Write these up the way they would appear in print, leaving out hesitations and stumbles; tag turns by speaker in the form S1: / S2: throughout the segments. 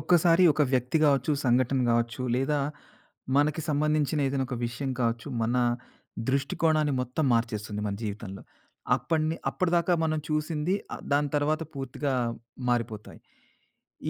S1: ఒక్కసారి ఒక వ్యక్తి గావచ్చు, సంఘటన గావచ్చు, లేదా మనకి సంబంధించిన ఏదైనా ఒక విషయం కావచ్చు, మన దృష్టికోణాన్ని మొత్తం మార్చేస్తుంది మన జీవితంలో. అప్పడిని అప్పటిదాకా మనం చూసింది దాని తర్వాత పూర్తిగా మారిపోతాయి.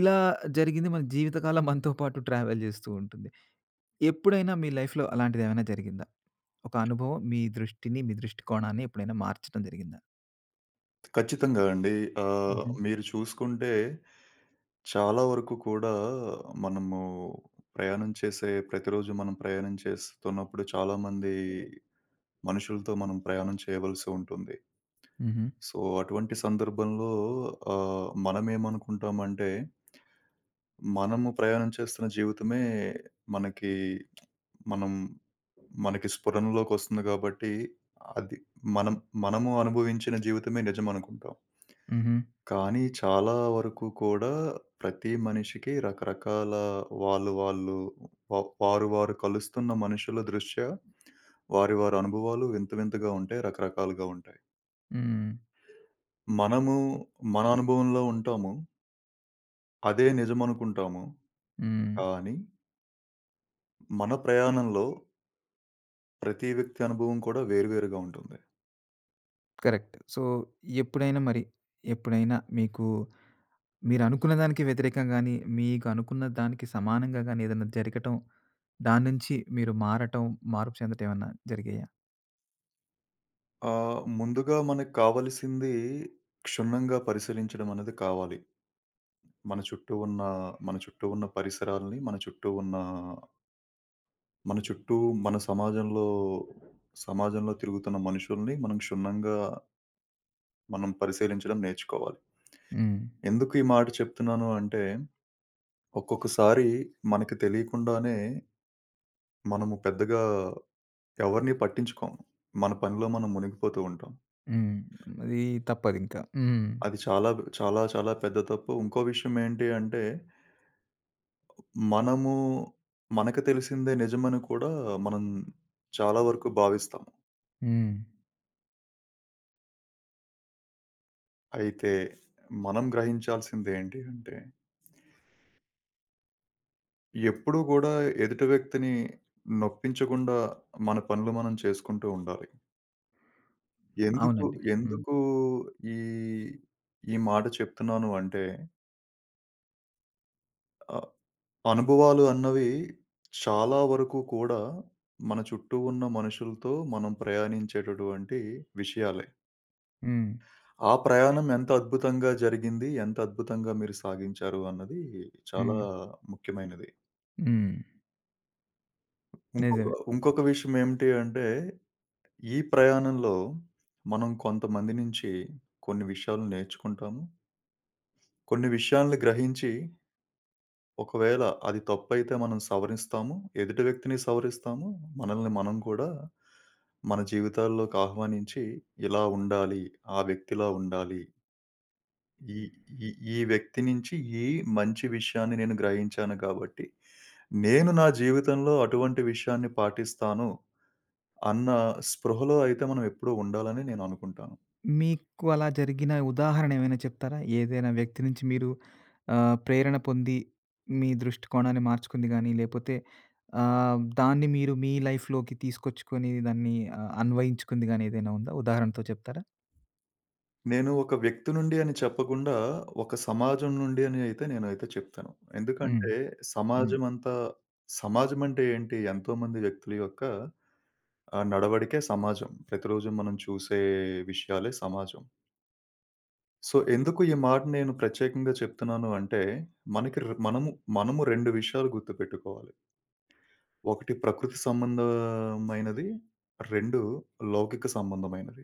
S1: ఇలా జరిగింది మన జీవితకాలం మనతో పాటు ట్రావెల్ జేస్తూ ఉంటుంది. ఎప్పుడైనా మీ లైఫ్‌లో అలాంటిదేమైనా జరిగిందా? ఒక అనుభవం మీ దృష్టిని, మీ దృష్టికోణాన్ని ఎప్పుడైనా మార్చడం జరిగిందా?
S2: ఖచ్చితంగా అండి. ఆహ్,
S1: హుహు.
S2: హ్మ్. మీరు చూసుకుంటే చాలా వరకు కూడా మనము ప్రయాణం చేసే ప్రతిరోజు మనం ప్రయాణం చేస్తున్నప్పుడు చాలామంది హ్మ్. మనుషులతో మనం ప్రయాణం చేయవలసి ఉంటుంది.
S1: హుహు.
S2: సో, అటువంటి సందర్భంలో మనమేమనుకుంటామంటే, మనము ప్రయాణం చేస్తున్న జీవితమే మనకి మనం మనకి స్ఫురణలోకొస్తుంది గాబట్టి, అది మనం మనము అనుభవించిన జీవితమే నిజమనుకుంటాం.
S1: హుహు.
S2: కానీ చాలా వరకు కూడా ప్రతి మనిషికి రకరకాల వాళ్ళు వాళ్ళు వ వారు వారు కలుస్తున్న మనుషుల దృష్ట్యా వారి వారి అనుభవాలు వింత వింతగా ఉంటాయి. రకరకాలుగా ఉంటాయి.
S1: హ్మ్.
S2: మనము మన అనుభవంలో ఉంటాము. అదే నిజమనుకుంటాము.
S1: హ్మ్.
S2: కానీ మన ప్రయాణంలో ప్రతి వ్యక్తి అనుభవం కూడా వేరు వేరుగా ఉంటుంది.
S1: కరెక్ట్. సో, ఎప్పుడైనా మరి, ఎప్పుడైనా మీకు మీరనుకున్న దానికి వ్యతిరేకంగా గాని, మీకు అనుకున్న దానికి సమానంగా గాని ఏదన్నా జరగటం, దాని నుంచి మీరు మారటం, మార్పు చెందటం ఏమన్నా జరిగాయా?
S2: ముందుగా మనకు కావాల్సింది క్షుణ్ణంగా పరిశీలించడం అనేది కావాలి. మన చుట్టూ ఉన్న మన చుట్టూ ఉన్న పరిసరాల్ని, మన చుట్టూ ఉన్న మన చుట్టూ మన సమాజంలో సమాజంలో తిరుగుతున్న మనుషుల్ని మనం క్షుణ్ణంగా పరిశీలించడం నేర్చుకోవాలి.
S1: హ్మ్.
S2: ఎందుకు ఈ మాట చెప్తున్నాను అంటే, ఒక్కొక్కసారి మనకు తెలియకుండానే మనము పెద్దగా ఎవరిని పట్టించుకోము. మన పనిలో మనం మునిగిపోతూ ఉంటాం.
S1: హ్మ్. అది తప్పదింకా. హ్మ్.
S2: అది చాలా, చాలా, చాలా పెద్ద తప్పు. ఇంకో విషయం ఏంటి అంటే, మనము మనకు తెలిసిందే నిజమని కూడా మనం చాలా వరకు భావిస్తాము.
S1: హ్మ్.
S2: అయితే మనం గ్రహించాల్సిందేంటి అంటే ఎప్పుడూ గూడా ఎదుటి వ్యక్తిని నొప్పించకుండా మన పనులు మనం చేసుకుంటూ ఉండాలి. ఎందుకు
S1: అవునండి. హ్మ్.
S2: ఎందుకు ఈ, ఈ మాట చెప్తున్నాను అంటే ఆహ్, అనుభవాలు అన్నవి చాలా వరకు కూడా మన చుట్టూ ఉన్న మనుషులతో మనం ప్రయాణించేటటువంటి విషయాలే.
S1: హ్మ్.
S2: ఆ ప్రయాణం ఎంత అద్భుతంగా జరిగింది, ఎంత అద్భుతంగా మీరు సాగించారు అన్నది చాలా
S1: హ్మ్.
S2: ముఖ్యమైనది.
S1: హ్మ్.
S2: ఇంకొక
S1: నిజమే.
S2: ఇంకొక విషయం ఏమిటి అంటే ఈ ప్రయాణంలో మనం కొంతమంది నుంచి కొన్ని విషయాలు నేర్చుకుంటాము. కొన్ని విషయాలను గ్రహించి ఒకవేళ అది తప్పైతే మనం సవరిస్తాము. ఎదుటి వ్యక్తిని సవరిస్తాము. మనల్ని మనం కూడా మన జీవితాల్లోకి ఆహ్వానించి ఇలా ఉండాలి. ఆ వ్యక్తిలా ఉండాలి. ఈ ఈ ఈ వ్యక్తి నుంచి ఈ మంచి విషయాన్ని నేను గ్రహించాను కాబట్టి, నేను నా జీవితంలో అటువంటి విషయాన్ని పాటిస్తాను అన్న స్పృహలో అయితే మనం ఎప్పుడూ ఉండాలని నేను అనుకుంటాను.
S1: మీకు అలా జరిగిన ఉదాహరణ ఏమైనా చెప్తారా? ఏదైనా వ్యక్తి నుంచి మీరు ప్రేరణ పొంది మీ దృష్టికోణాన్ని మార్చుకుంది గానీ, లేపోతే దాన్ని మీరు మీ లైఫ్‌లోకి తీసుకొచ్చుకొని దాన్ని అన్వయించుకుంది గానీ ఏదైనా ఉందా? ఉదాహరణతో చెప్తారా?
S2: నేను ఒక వ్యక్తి నుండి అని చెప్పకుండా, ఒక సమాజం నుండి అని అయితే నేనైతే చెప్తాను.
S1: హ్మ్.
S2: ఎందుకంటే
S1: హ్మ్.
S2: సమాజం అంతా సమాజం అంటే ఏంటి? ఎంతోమంది వ్యక్తుల యొక్క నడవడికే సమాజం. ప్రతిరోజు మనం చూసే విషయాలే సమాజం. సో, ఎందుకు ఈ మాట నేను ప్రత్యేకంగా చెప్తున్నాను అంటే, మనకి ర్ మనము మనము 2 విషయాలు గుర్తుపెట్టుకోవాలి. ఒకటి ప్రకృతి సంబంధమైనది. 2 లౌకిక సంబంధమైనది.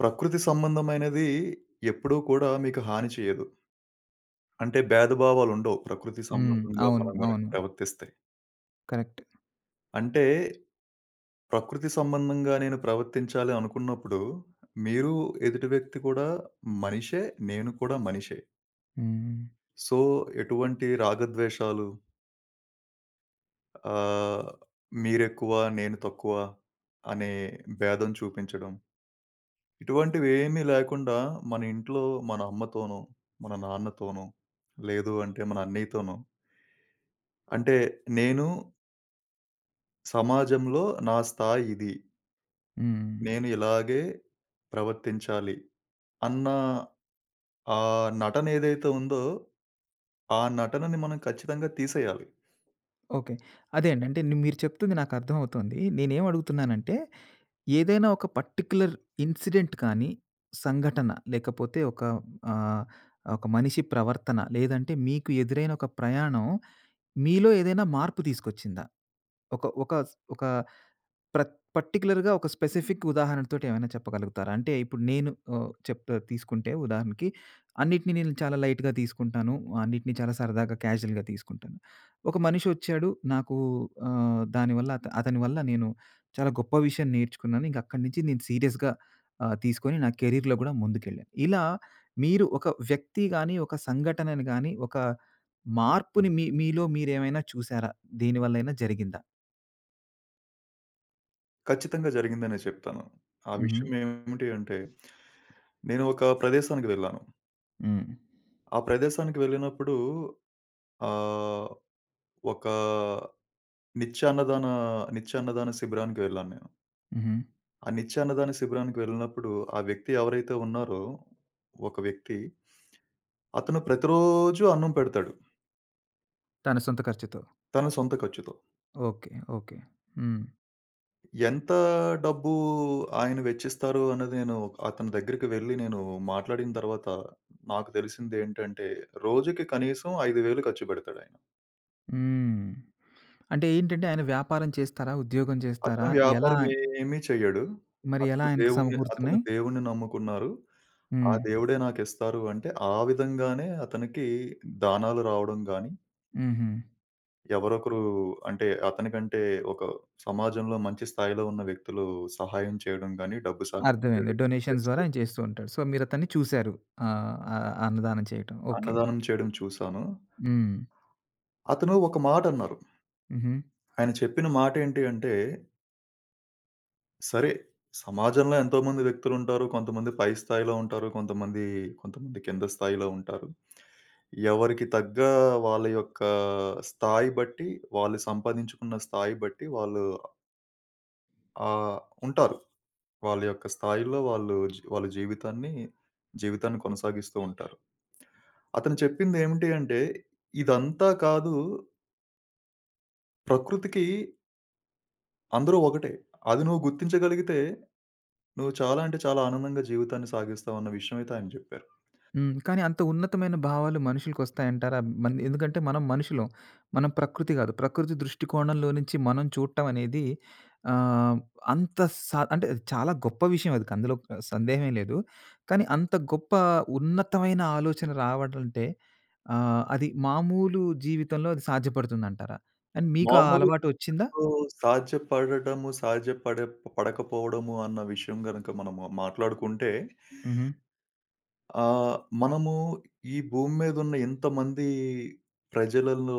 S2: ప్రకృతి సంబంధమైనది ఎప్పుడూ కూడా మీకు హాని చేయదు. అంటే భేదభావాలుండవు. ప్రకృతి
S1: హ్మ్.
S2: సంబంధంగా
S1: అవును.
S2: మనం గనక
S1: అవును.
S2: ప్రవర్తిస్తే.
S1: కరెక్ట్.
S2: అంటే ప్రకృతి సంబంధంగా నేను ప్రవర్తించాలి అనుకున్నప్పుడు, మీరు ఎదుటి వ్యక్తి కూడా మనిషే, నేను కూడా మనిషే.
S1: హ్మ్.
S2: సో, ఎటువంటి రాగద్వేషాలు ఆహ్, మీరెక్కువ, నేను తక్కువ అనే భేదం చూపించడం, ఇటువంటివి ఏమీ లేకుండా మన ఇంట్లో మన అమ్మతోనో, మన నాన్నతోనో, లేదు అంటే మన అన్నయ్యతోనో అంటే నేను సమాజంలో నా స్థాయి ఇది.
S1: హ్మ్.
S2: నేను ఇలాగే ప్రవర్తించాలి అన్న ఆ నటన ఏదైతే ఉందో, ఆ నటనని మనం ఖచ్చితంగా తీసేయాలి.
S1: ఓకే. అదే అండి. అంటే మీరు చెప్తుంది నాకు అర్థమవుతోంది. నేనేమడుగుతున్నానంటే ఏదైనా ఒక పర్టిక్యులర్ ఇన్సిడెంట్ కానీ, సంఘటన లేకపోతే ఒక ఆహ్, ఒక మనిషి ప్రవర్తన లేదంటే మీకు ఎదురైన ఒక ప్రయాణం మీలో ఏదైనా మార్పు తీసుకొచ్చిందా? ఒక ఒక ఒక పర్టిక్యులర్‌గా ఒక స్పెసిఫిక్ ఉదాహరణతోటి ఏమైనా చెప్పగలుగుతారా? అంటే ఇప్పుడు నేను చెప్తా తీసుకుంటే ఉదాహరణకి అన్నిటిని నేను చాలా లైట్‌గా తీసుకుంటాను. అన్నిటిని చాలా సరదాగా క్యాజుయల్‌గా తీసుకుంటాను. ఒక మనిషి వచ్చాడు నాకు దానివల్ల అతని వల్ల నేను చాలా గొప్ప విషయం నేర్చుకున్నాను. ఇంక అక్కడి నుంచి నేను సీరియస్‌గా తీసుకొని నా కెరీర్‌లో గూడా ముందుకెళ్ళాను. ఇలా మీరు ఒక వ్యక్తి గాని, ఒక సంఘటనను గాని, ఒక మార్పుని మీలో మీరేమైనా చూసారా? దేనివల్లైనా జరిగిందా?
S2: ఖచ్చితంగా జరిగిందనే చెప్తాను. ఆ
S1: హుహు.
S2: విషయం ఏమిటి అంటే, నేను ఒక ప్రదేశానికి వెళ్ళాను.
S1: హ్మ్.
S2: ఆ ప్రదేశానికి వెళ్ళినప్పుడు ఆహ్, ఒక నిత్యాన్నదాన నిత్యాన్నదాన శిబిరానికి వెళ్ళాను నేను.
S1: హుహు.
S2: ఆ నిత్యాన్నదాన శిబిరానికి వెళ్ళినప్పుడు ఆ వ్యక్తి ఎవరైతే ఉన్నారో, ఒక వ్యక్తి అతను ప్రతిరోజు అన్నం పెడతాడు.
S1: తన సొంత ఖర్చుతో.
S2: తన సొంత ఖర్చుతో.
S1: ఓకే. ఓకే. హ్మ్.
S2: ఎంత డబ్బు ఆయన వెచ్చిస్తారు అన్నది నేను అతని దగ్గరికి వెళ్ళి నేను మాట్లాడిన తర్వాత నాకు తెలిసిందేంటంటే, రోజుకి కనీసం 5,000 ఖర్చు పెడతాడాయన.
S1: హ్మ్. అంటే ఏంటంటే ఆయన వ్యాపారం చేస్తారా? ఉద్యోగం
S2: అతను
S1: చేస్తారా? ఎలా
S2: వ్యాపారం ఏమీ చెయ్యడు.
S1: మరి ఎలా ఆయనకి
S2: అతను
S1: సమకూరుతున్నాయి?
S2: దేవుడిని నమ్ముకున్నారు. ఆ
S1: హ్మ్.
S2: దేవుడే నాకిస్తారు అంటే, ఆ విధంగానే అతనికి దానాలు రావడం గానీ,
S1: హుహు.
S2: ఎవరొకరు అంటే అతనికంటే ఒక సమాజంలో మంచి స్థాయిలో ఉన్న వ్యక్తులు సహాయం చేయడం గానీ, డబ్బు సహాయం
S1: అర్థమైంది.
S2: చేయడం గానీ
S1: డొనేషన్స్ ద్వారా
S2: చేస్తూ
S1: ఆయన చేస్తూ ఉంటాడు. సో, మీరతన్ని చూసారు. ఆహ్, ఆహ్, అన్నదానం చేయటం. ఓకే.
S2: అన్నదానం చేయడం చూసాను.
S1: హ్మ్.
S2: అతను ఒక మాటన్నారు.
S1: హుహు.
S2: ఆయన చెప్పిన మాటేంటి అంటే, సరే సమాజంలో ఎంతోమంది వ్యక్తులుంటారు. కొంతమంది పై స్థాయిలో ఉంటారు. కొంతమంది కింద స్థాయిలో ఉంటారు. ఎవరికి తగ్గ వాళ్ళ యొక్క స్థాయి బట్టి, వాళ్ళు సంపాదించుకున్న స్థాయి బట్టి వాళ్ళు ఆహ్, ఉంటారు. వాళ్ళ యొక్క స్థాయిలో వాళ్ళ జీవితాన్ని, జీవితాన్ని కొనసాగిస్తూ ఉంటారు. అతను చెప్పిందేమిటి అంటే, ఇదంతా కాదు ప్రకృతికి అందరూ ఒకటే. అది నువ్వు గుర్తించగలిగితే, నువ్వు చాలా అంటే చాలా ఆనందంగా జీవితాన్ని సాగిస్తావన్న విషయం అయితే ఆయన జెప్పారు.
S1: హ్మ్. కానీ అంత ఉన్నతమైన భావాలు మనుషులకొస్తాయంటారా? ఎందుకంటే మనం మనుషులం. మనం ప్రకృతి కాదు. ప్రకృతి దృష్టికోణంలో నుంచి మనం చూడటం అనేది ఆహ్, అంత స అంటే అది చాలా గొప్ప విషయం అది. అందులో సందేహమే లేదు. కానీ అంత గొప్ప ఉన్నతమైన ఆలోచన రావడంటే అది మామూలు జీవితంలో అది సాధ్యపడుతుందంటారా? అండ్ మీకు ఆ
S2: మామూలు
S1: అలవాటు వచ్చిందా?
S2: ఇప్పుడు సాధ్యపడటము, పడకపోవడము అన్న విషయం గనక మనము మాట్లాడుకుంటే,
S1: హుహు.
S2: ఆహ్, మనము ఈ భూమి మీదున్న ఇంతమంది ప్రజలలో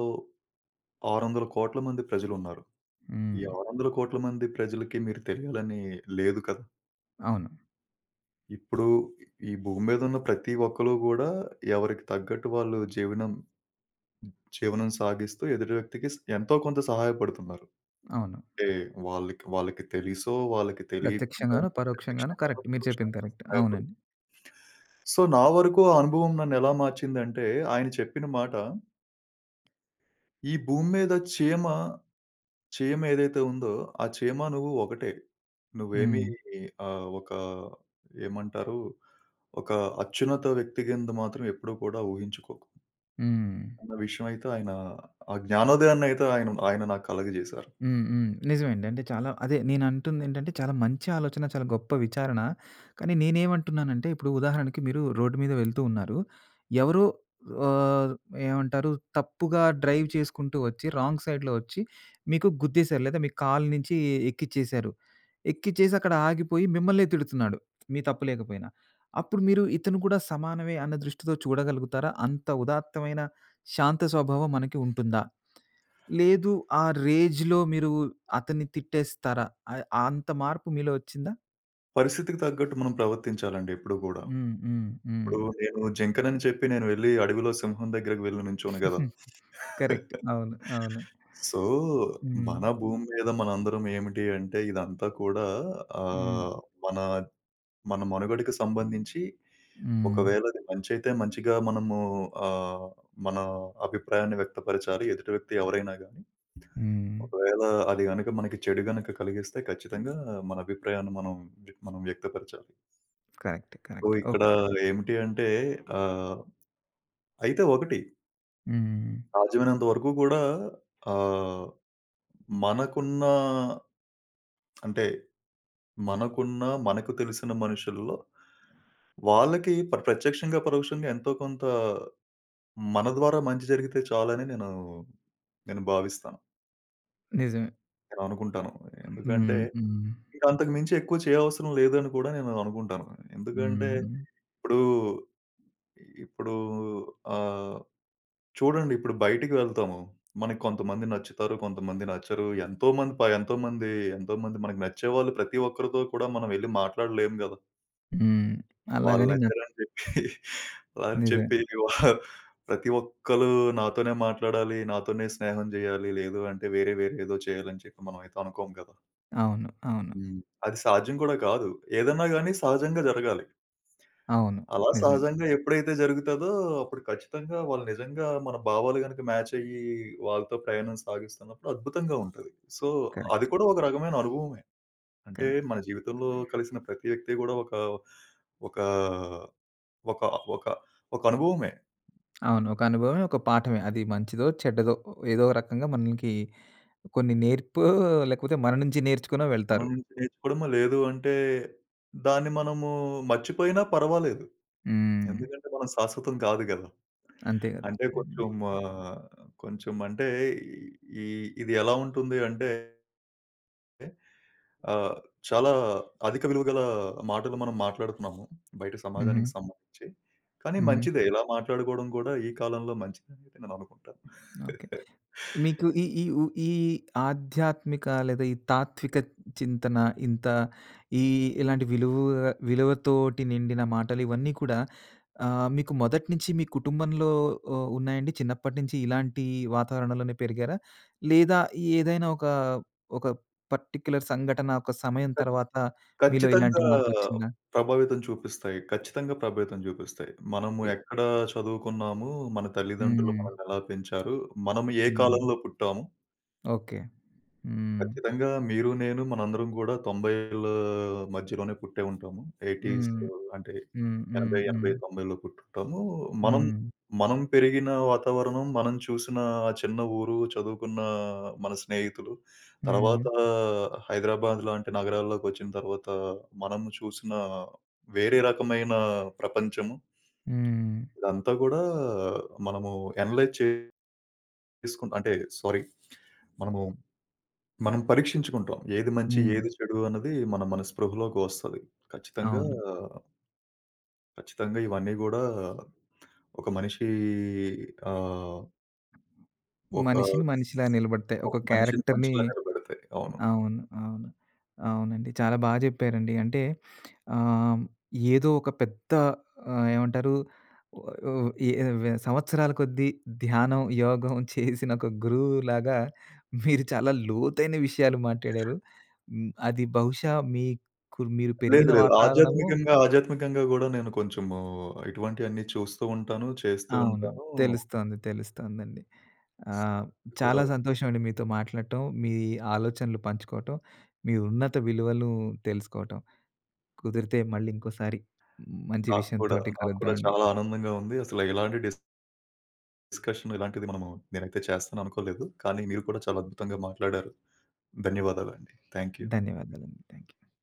S2: 600,00,00,000 మంది ప్రజలున్నారు. ఈ
S1: హ్మ్.
S2: 600,00,00,000 మంది ప్రజలకి మీరు తెలియాలని లేదు కదా!
S1: అవును.
S2: ఇప్పుడు ఈ భూమి మీదున్న ప్రతి ఒక్కళ్ళు గూడా ఎవరికి తగ్గట్టు వాళ్ళు జీవనం జీవనం సాగిస్తూ ఎదుటి వ్యక్తికి ఎంతో కొంత సహాయపడుతున్నారు.
S1: అవును.
S2: అంటే వాళ్ళకి వాళ్ళకి తెలుసో, వాళ్ళకి
S1: ప్రత్యక్షంగాను,
S2: తెలియకుండానో
S1: పరోక్షంగాను
S2: ప్రత్యక్షంగానో,
S1: కరెక్ట్. మీరు చెప్పింది
S2: పరోక్షంగానో
S1: కరెక్ట్.
S2: సహాయపడు.
S1: అవునండి.
S2: సో, నా వరకు ఆ అనుభవం నన్నెలా మార్చిందంటే, ఆయన చెప్పిన మాట, "ఈ భూమి మీద చీమ చీమ ఏదైతే ఉందో, ఆ చీమ నువ్వు ఒకటే. నువ్వేమీ
S1: హ్మ్.
S2: ఒక ఏమంటారు, ఒక అత్యున్నత వ్యక్తి కింద మాత్రం ఎప్పుడూ కూడా ఊహించుకోకు".
S1: హ్మ్.
S2: అన్న విషయం అయితే ఆయన ఆ జ్ఞానోదయాన్నయితే ఆయన ఆయన నాకు కలగజేశారు.
S1: హ్మ్. హ్మ్. నిజమేండి. అంటే చాలా అదే నేనంటుందేంటంటే చాలా మంచి ఆలోచన, చాలా గొప్ప విచారణ. కానీ నేనేమంటున్నానంటే ఇప్పుడు ఉదాహరణకి మీరు రోడ్డు మీద వెళ్తూ ఉన్నారు. ఎవరో ఆహ్, ఏమంటారు తప్పుగా డ్రైవ్ చేసుకుంటూ వచ్చి రాంగ్ సైడ్‌లో వచ్చి మీకు గుద్దేశారు. లేదా మీ కాలు నుంచి ఎక్కిచ్చేశారు. ఎక్కిచ్చేసి అక్కడ ఆగిపోయి మిమ్మల్నే తిడుతున్నాడు. మీ తప్పు లేకపోయినా. అప్పుడు మీరు ఇతను కూడా సమానమే అన్న దృష్టితో చూడగలుగుతారా? అంత ఉదాత్తమైన శాంత స్వభావం మనకి ఉంటుందా? లేదు. ఆ రేజ్‌లో మీరు అతన్ని తిట్టేస్తారా? అ అంత మార్పు మీలో వచ్చిందా?
S2: పరిస్థితికి తగ్గట్టు మనం ప్రవర్తించాలండి ఎప్పుడు గూడా.
S1: హ్మ్. హ్మ్. హ్మ్.
S2: ఇప్పుడు నేను జింకనని చెప్పి నేను వెళ్లి అడవిలో సింహం దగ్గరికి వెళ్లి నించోను గదా!
S1: కరెక్ట్. అవును. అవును.
S2: సో,
S1: హ్మ్.
S2: మన భూమి మీద మనందరం ఏమిటి అంటే ఇదంతా కూడా
S1: హ్మ్.
S2: ఆహ్, మన మన మనుగడకి సంబంధించి
S1: హ్మ్.
S2: ఒకవేళ అది మంచైతే మంచిగా మనము ఆహ్, మన అభిప్రాయాన్ని వ్యక్తపరచాలి. ఎదుటి వ్యక్తి ఎవరైనా గానీ.
S1: హ్మ్.
S2: ఒకవేళ అది గనక మనకి చెడు గనక కలిగిస్తే ఖచ్చితంగా మన అభిప్రాయాన్ని మనం మనం వ్యక్తపరచాలి.
S1: కరెక్టే.
S2: సో,
S1: కరెక్టే.
S2: ఇక్కడ
S1: ఓకే.
S2: ఏమిటి అంటే ఆహ్, అయితే ఒకటి
S1: హ్మ్.
S2: సాధ్యమైనంత వరకు కూడా ఆహ్, మనకున్న అంటే మనకున్న, మనకు తెలిసిన మనుషుల్లో వాళ్ళకి ప్రత్యక్షంగా, పరోక్షంగా ఎంతో కొంత మన ద్వారా మంచి జరిగితే చాలని నేను భావిస్తాను.
S1: నిజమే.
S2: నేను అనుకుంటాను. ఎందుకంటే
S1: హ్మ్. హ్మ్.
S2: ఇంకా అంతకు మించి ఎక్కువ చేయవసరం లేదని కూడా నేను అనుకుంటాను. ఎందుకంటే
S1: హ్మ్.
S2: ఇప్పుడు, ఇప్పుడు ఆహ్ చూడండి, ఇప్పుడు బయటికి వెళ్తాము. మనకు కొంతమంది నచ్చుతారు. కొంతమంది నచ్చరు. ఎంతోమంది మనకు నచ్చేవాళ్ళు ప్రతి ఒక్కరితో కూడా మనం వెళ్లి మాట్లాడలేము గదా!
S1: హ్మ్.
S2: వాళ్ళు
S1: అలాగని నాకు
S2: నచ్చారని చెప్పి అలా అని
S1: నిజమే.
S2: చెప్పి వా ప్రతి ఒక్కళ్ళు నాతోనే మాట్లాడాలి. నాతోనే స్నేహం జేయాలి. లేదు అంటే వేరే వేరే ఏదో చేయాలని చెప్పి మనమైతే అనుకోము గదా!
S1: అవును. అవును.
S2: హ్మ్. అది సహజం కూడా కాదు. ఏదన్నా గాని సహజంగా జరగాలి.
S1: అవును.
S2: అలా
S1: నిజమే.
S2: సహజంగా ఎప్పుడైతే జరుగుతదో, అప్పుడు ఖచ్చితంగా వాళ్ళు నిజంగా మన భావాలు గనక మ్యాచ్ అయ్యి, వాళ్ళతో ప్రయాణం సాగిస్తున్నప్పుడు అద్భుతంగా ఉంటది. సో, అది
S1: కరెక్ట్.
S2: కూడా ఒక రకమైన అనుభవమే. అంటే
S1: కరెక్ట్.
S2: మన జీవితంలో కలిసిన ప్రతి వ్యక్తి గూడా ఒక, ఒక, ఒక, ఒక అనుభవమే.
S1: అవును. ఒక అనుభవమే, ఒక పాఠమే. అది మంచిదో, చెడ్డదో ఏదో రకంగా మనకి కొన్ని నేర్పో లేకపోతే మన నుంచి నేర్చుకునో
S2: మన
S1: వెళ్తారు.
S2: నుంచి నేర్చుకోవడమో లేదు అంటే, దాన్ని మనము మర్చిపోయినా పర్వాలేదు.
S1: హ్మ్.
S2: ఎందుకంటే మనం శాశ్వతం కాదు గదా!
S1: అంతే గదా!
S2: అంటే
S1: హ్మ్.
S2: కొంచెం ఆహ్, కొంచెం అంటే ఈ ఇది ఎలా ఉంటుంది అంటే ఆహ్, చాలా అధిక విలువ గల మాటలు మనం మాట్లాడుతున్నాము బయట
S1: హుహు.
S2: సమాజానికి సంబంధించి. కానీ
S1: హుహు.
S2: మంచిదే ఇలా మాట్లాడుకోవడం కూడా ఈ కాలంలో మంచిదనేది నేను అనుకుంటాను.
S1: ఓకే. మీకు ఈ ఈ ఈ ఆధ్యాత్మిక లేదా ఈ తాత్విక చింతన ఇంత ఈ ఇలాంటి విలువతోటి నిండిన మాటలు ఇవన్నీ కూడా మీకు మొదటి నుంచి మీ కుటుంబంలో ఉన్నాయండి? చిన్నప్పటి నుంచి ఇలాంటి వాతావరణంలోనే పెరిగారా? లేదా ఏదైనా ఒక పర్టిక్యులర్ సంఘటన ఒక సమయం
S2: క
S1: తర్వాత మీలో ఇలాంటి
S2: ఖచ్చితంగా
S1: మార్పొచ్చిందా?
S2: ప్రభావితం చూపిస్తాయి. ఖచ్చితంగా ప్రభావితం చూపిస్తాయి. మనము
S1: ఎ
S2: ఎక్కడ చదువుకున్నాము, మన తల్లిదండ్రులు
S1: హ్మ్.
S2: మనల్ని ఎలా పెంచారు, మనం ఏ
S1: హ్మ్.
S2: కాలంలో పుట్టాము?
S1: ఓకే. హ్మ్.
S2: ఖచ్చితంగా మీరు, నేను, మనందరం గూడా 90ల మధ్యలోనే పుట్టే ఉంటాము. 80స్
S1: హ్మ్.
S2: అంటే
S1: హ్మ్. హ్మ్.
S2: 80,
S1: హ్మ్.
S2: 80, 90లో పుట్టుంటాము. మనం
S1: హ్మ్.
S2: మనం పెరిగిన వాతావరణం, మనం చూసిన ఆ చిన్న ఊరు, చదువుకున్న మన స్నేహితులు,
S1: హ్మ్.
S2: తర్వాత హైదరాబాద్ లాంటి నగరాల్లోకొచ్చిన తర్వాత మనం చూసిన వేరే రకమైన ప్రపంచము.
S1: హ్మ్.
S2: ఇదంతా గూడా మనము అనలైజ్ చేసుకుంటా అంటే సారీ మనము మనం పరీక్షించుకుంటాం. ఏది మంచి,
S1: హ్మ్.
S2: ఏది చెడు అన్నది మన మన స్పృహలోకి వస్తది. ఖచ్చితంగా,
S1: అవును.
S2: ఖచ్చితంగా ఇవన్నీ గూడా ఒక మనిషి ఆహ్, ఒక
S1: మనిషిని మనిషిలా నిలబడతాయి. ఒక
S2: ఒక మనిషిని
S1: క్యారెక్టర్‌ని
S2: మనిషిలా నిలబెడతాయి. అవును.
S1: అవును. అవును. అవునండి. చాలా బా జెప్పారండి. అంటే ఆహ్, ఏదో ఒక పెద్ద ఏమంటారు ఆహ్, ఎ సంవత్సరాల కొద్దీ ధ్యానం, యోగం చేసిన ఒక గురువులాగా మీరు చాలా లోతైన విషయాలు మాట్లాడారు. హ్మ్. అది బహుశా మీకు మీరు
S2: లేదు,
S1: పెరిగిన
S2: లేదు.
S1: వాతావరణము
S2: ఆధ్యాత్మికంగా, ఆధ్యాత్మికంగా గూడా నేను కొంచెము ఇటువంటియన్నీ చూస్తూ ఉంటాను, చేస్తూ
S1: అవును.
S2: ఉంటాను
S1: తెలుస్తోంది. తెలుస్తోందండి. ఆహ్,
S2: కూడా.
S1: చాలా సంతోషం అండి మీతో మాట్లాడటం, మీ ఆలోచనలు పంచుకోవటం, మీ ఉన్నత విలువలు తెలుసుకోవటం. కుదిరితే మళ్ళీ ఇంకోసారి మంచి విషయంతోటి
S2: నాకు కూడా
S1: కలుద్దామండి.
S2: చాలా ఆనందంగా ఉంది. అసలు ఇలాంటి డిస్కషన్ ఇలాంటిది మనము నేనైతే చేస్తాను అనుకోలేదు. కానీ మీరు కూడా చాలా అద్భుతంగా మాట్లాడారు. ధన్యవాదాలండి. Thank you.
S1: ధన్యవాదాలండి. థాంక్స్.